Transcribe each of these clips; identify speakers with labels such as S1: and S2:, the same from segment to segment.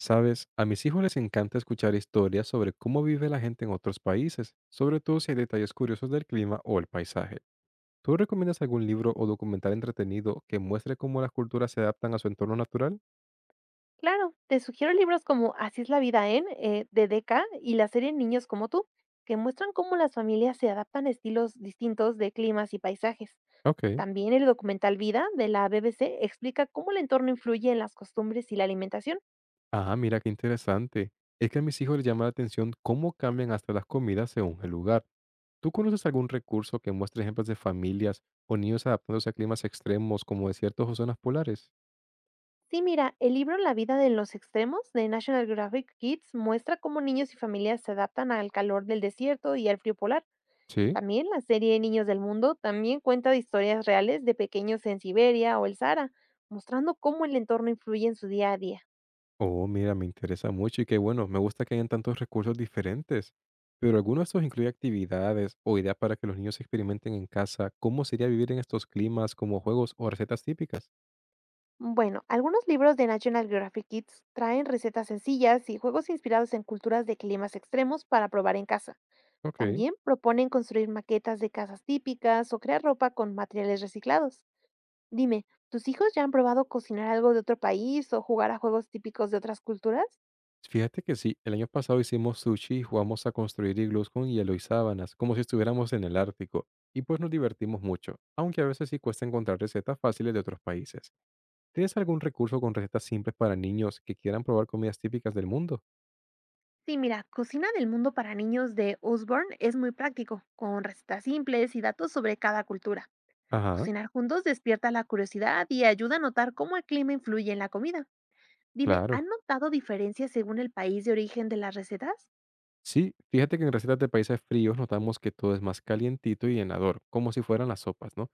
S1: Sabes, a mis hijos les encanta escuchar historias sobre cómo vive la gente en otros países, sobre todo si hay detalles curiosos del clima o el paisaje. ¿Tú recomiendas algún libro o documental entretenido que muestre cómo las culturas se adaptan a su entorno natural?
S2: Claro, te sugiero libros como Así es la vida en, de Deka y la serie Niños como tú, que muestran cómo las familias se adaptan a estilos distintos de climas y paisajes.
S1: Ok.
S2: También el documental Vida de la BBC explica cómo el entorno influye en las costumbres y la alimentación.
S1: Ah, mira qué interesante. Es que a mis hijos les llama la atención cómo cambian hasta las comidas según el lugar. ¿Tú conoces algún recurso que muestre ejemplos de familias o niños adaptándose a climas extremos como desiertos o zonas polares?
S2: Sí, mira, el libro La vida en los extremos de National Geographic Kids muestra cómo niños y familias se adaptan al calor del desierto y al frío polar.
S1: Sí.
S2: También la serie Niños del Mundo también cuenta de historias reales de pequeños en Siberia o el Sahara, mostrando cómo el entorno influye en su día a día.
S1: Oh, mira, me interesa mucho y qué bueno, me gusta que hayan tantos recursos diferentes. Pero alguno de estos incluye actividades o ideas para que los niños experimenten en casa. ¿Cómo sería vivir en estos climas como juegos o recetas típicas?
S2: Bueno, algunos libros de National Geographic Kids traen recetas sencillas y juegos inspirados en culturas de climas extremos para probar en casa.
S1: Ok.
S2: También proponen construir maquetas de casas típicas o crear ropa con materiales reciclados. Dime, ¿tus hijos ya han probado cocinar algo de otro país o jugar a juegos típicos de otras culturas?
S1: Fíjate que sí, el año pasado hicimos sushi y jugamos a construir iglús con hielo y sábanas, como si estuviéramos en el Ártico. Y pues nos divertimos mucho, aunque a veces sí cuesta encontrar recetas fáciles de otros países. ¿Tienes algún recurso con recetas simples para niños que quieran probar comidas típicas del mundo?
S2: Sí, mira, Cocina del Mundo para Niños de Osborne es muy práctico, con recetas simples y datos sobre cada cultura.
S1: Ajá,
S2: Cocinar juntos despierta la curiosidad y ayuda a notar cómo el clima influye en la comida. Dime,
S1: claro.
S2: ¿han notado diferencias según el país de origen de las recetas?
S1: Sí, fíjate que en recetas de países fríos notamos que todo es más calientito y llenador, como si fueran las sopas, ¿no?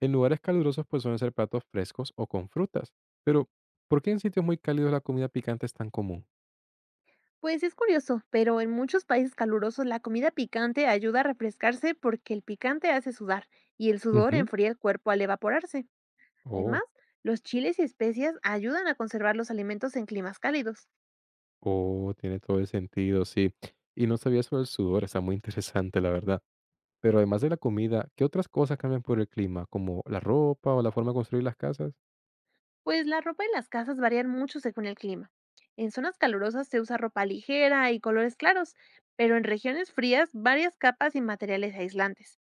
S1: En lugares calurosos pues suelen ser platos frescos o con frutas. Pero, ¿por qué en sitios muy cálidos la comida picante es tan común?
S2: Pues es curioso, pero en muchos países calurosos la comida picante ayuda a refrescarse porque el picante hace sudar y el sudor
S1: Ujú.
S2: enfría el cuerpo al evaporarse.
S1: Oh,
S2: Además, los chiles y especias ayudan a conservar los alimentos en climas cálidos.
S1: oh, tiene todo el sentido, sí. Y no sabía sobre el sudor, está muy interesante, la verdad. Pero además de la comida, ¿qué otras cosas cambian por el clima, como la ropa o la forma de construir las casas?
S2: Pues la ropa en las casas varían mucho según el clima. En zonas calurosas se usa ropa ligera y colores claros, pero en regiones frías varias capas y materiales aislantes.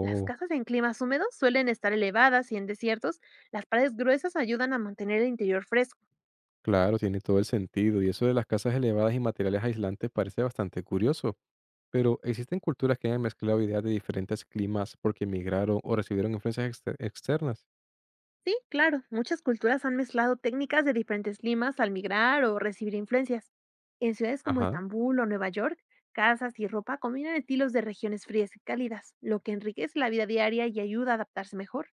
S2: Las casas en climas húmedos suelen estar elevadas y en desiertos las paredes gruesas ayudan a mantener el interior fresco.
S1: claro, tiene todo el sentido. Y eso de las casas elevadas y materiales aislantes parece bastante curioso. Pero, ¿existen culturas que han mezclado ideas de diferentes climas porque emigraron o recibieron influencias externas?
S2: Sí, claro, muchas culturas han mezclado técnicas de diferentes climas al migrar o recibir influencias. En ciudades como
S1: Ajá.
S2: Estambul o Nueva York, casas y ropa combinan estilos de regiones frías y cálidas, lo que enriquece la vida diaria y ayuda a adaptarse mejor.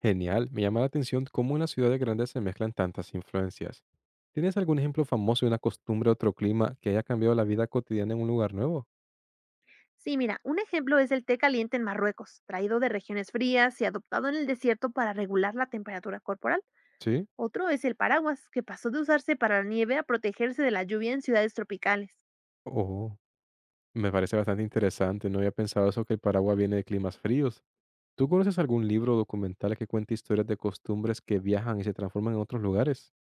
S1: Genial. Me llama la atención cómo en las ciudades grandes se mezclan tantas influencias. ¿Tienes algún ejemplo famoso de una costumbre o otro clima que haya cambiado la vida cotidiana en un lugar nuevo?
S2: Sí, mira, un ejemplo es el té caliente en Marruecos, traído de regiones frías y adoptado en el desierto para regular la temperatura corporal.
S1: Sí.
S2: Otro es el paraguas, que pasó de usarse para la nieve a protegerse de la lluvia en ciudades tropicales.
S1: Oh, me parece bastante interesante. No había pensado eso que el Paraguay viene de climas fríos. ¿Tú conoces algún libro o documental que cuente historias de costumbres que viajan y se transforman en otros lugares?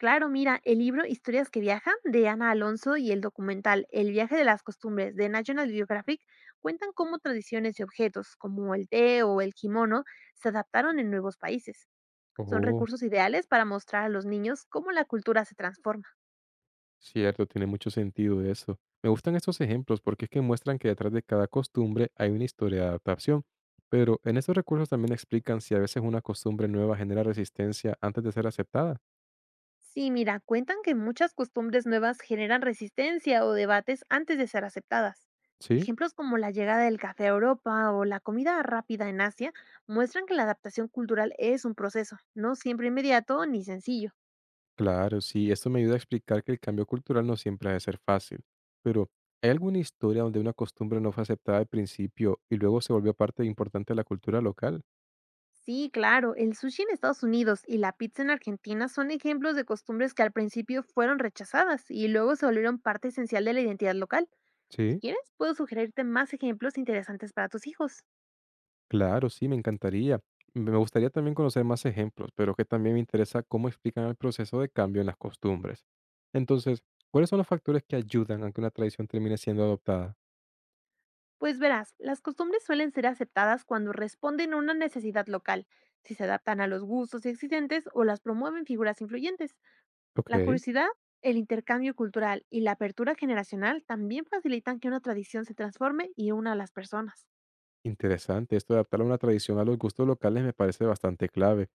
S2: Claro, mira, el libro Historias que viajan de Ana Alonso y el documental El viaje de las costumbres de National Geographic cuentan cómo tradiciones y objetos como el té o el kimono se adaptaron en nuevos países. Son
S1: Oh.
S2: recursos ideales para mostrar a los niños cómo la cultura se transforma.
S1: Cierto, tiene mucho sentido eso. Me gustan estos ejemplos porque es que muestran que detrás de cada costumbre hay una historia de adaptación. Pero en estos recursos también explican si a veces una costumbre nueva genera resistencia antes de ser aceptada.
S2: Sí, mira, cuentan que muchas costumbres nuevas generan resistencia o debates antes de ser aceptadas.
S1: Sí,
S2: Ejemplos como la llegada del café a Europa o la comida rápida en Asia muestran que la adaptación cultural es un proceso, no siempre inmediato ni sencillo.
S1: claro, sí, esto me ayuda a explicar que el cambio cultural no siempre ha de ser fácil. Pero, ¿hay alguna historia donde una costumbre no fue aceptada al principio y luego se volvió parte importante de la cultura local?
S2: Sí, claro, el sushi en Estados Unidos y la pizza en Argentina son ejemplos de costumbres que al principio fueron rechazadas y luego se volvieron parte esencial de la identidad local. Si
S1: Sí.
S2: quieres, puedo sugerirte más ejemplos interesantes para tus hijos.
S1: Claro, sí, me encantaría. Me gustaría también conocer más ejemplos, pero que también me interesa cómo explican el proceso de cambio en las costumbres. Entonces, ¿cuáles son los factores que ayudan a que una tradición termine siendo adoptada?
S2: Pues verás, las costumbres suelen ser aceptadas cuando responden a una necesidad local, si se adaptan a los gustos existentes o las promueven figuras influyentes. La
S1: Ok.
S2: curiosidad, el intercambio cultural y la apertura generacional también facilitan que una tradición se transforme y una a las personas.
S1: Interesante, esto de adaptar una tradición a los gustos locales me parece bastante clave.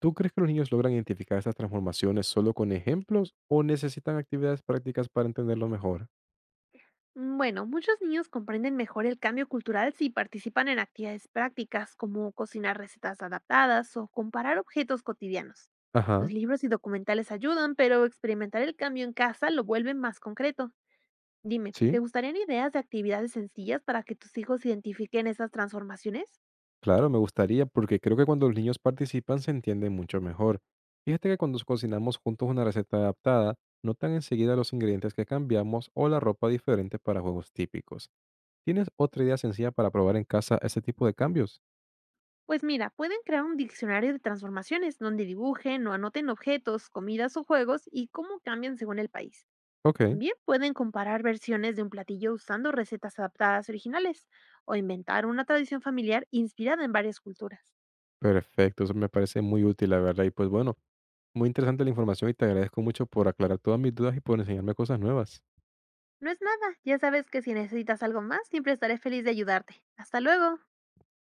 S1: ¿Tú crees que los niños logran identificar estas transformaciones solo con ejemplos o necesitan actividades prácticas para entenderlo mejor?
S2: Bueno, muchos niños comprenden mejor el cambio cultural si participan en actividades prácticas como cocinar recetas adaptadas o comparar objetos cotidianos.
S1: Ajá.
S2: Los libros y documentales ayudan, pero experimentar el cambio en casa lo vuelve más concreto. Dime, ¿te
S1: Sí,
S2: gustarían ideas de actividades sencillas para que tus hijos identifiquen esas transformaciones?
S1: claro, me gustaría porque creo que cuando los niños participan se entienden mucho mejor. Fíjate que cuando cocinamos juntos una receta adaptada, notan enseguida los ingredientes que cambiamos o la ropa diferente para juegos típicos. ¿Tienes otra idea sencilla para probar en casa ese tipo de cambios?
S2: Pues mira, pueden crear un diccionario de transformaciones donde dibujen o anoten objetos, comidas o juegos y cómo cambian según el país.
S1: Ok,
S2: También pueden comparar versiones de un platillo usando recetas adaptadas originales o inventar una tradición familiar inspirada en varias culturas.
S1: perfecto, eso me parece muy útil, la verdad. Y pues bueno, muy interesante la información y te agradezco mucho por aclarar todas mis dudas y por enseñarme cosas nuevas.
S2: No es nada, ya sabes que si necesitas algo más, siempre estaré feliz de ayudarte. Hasta luego.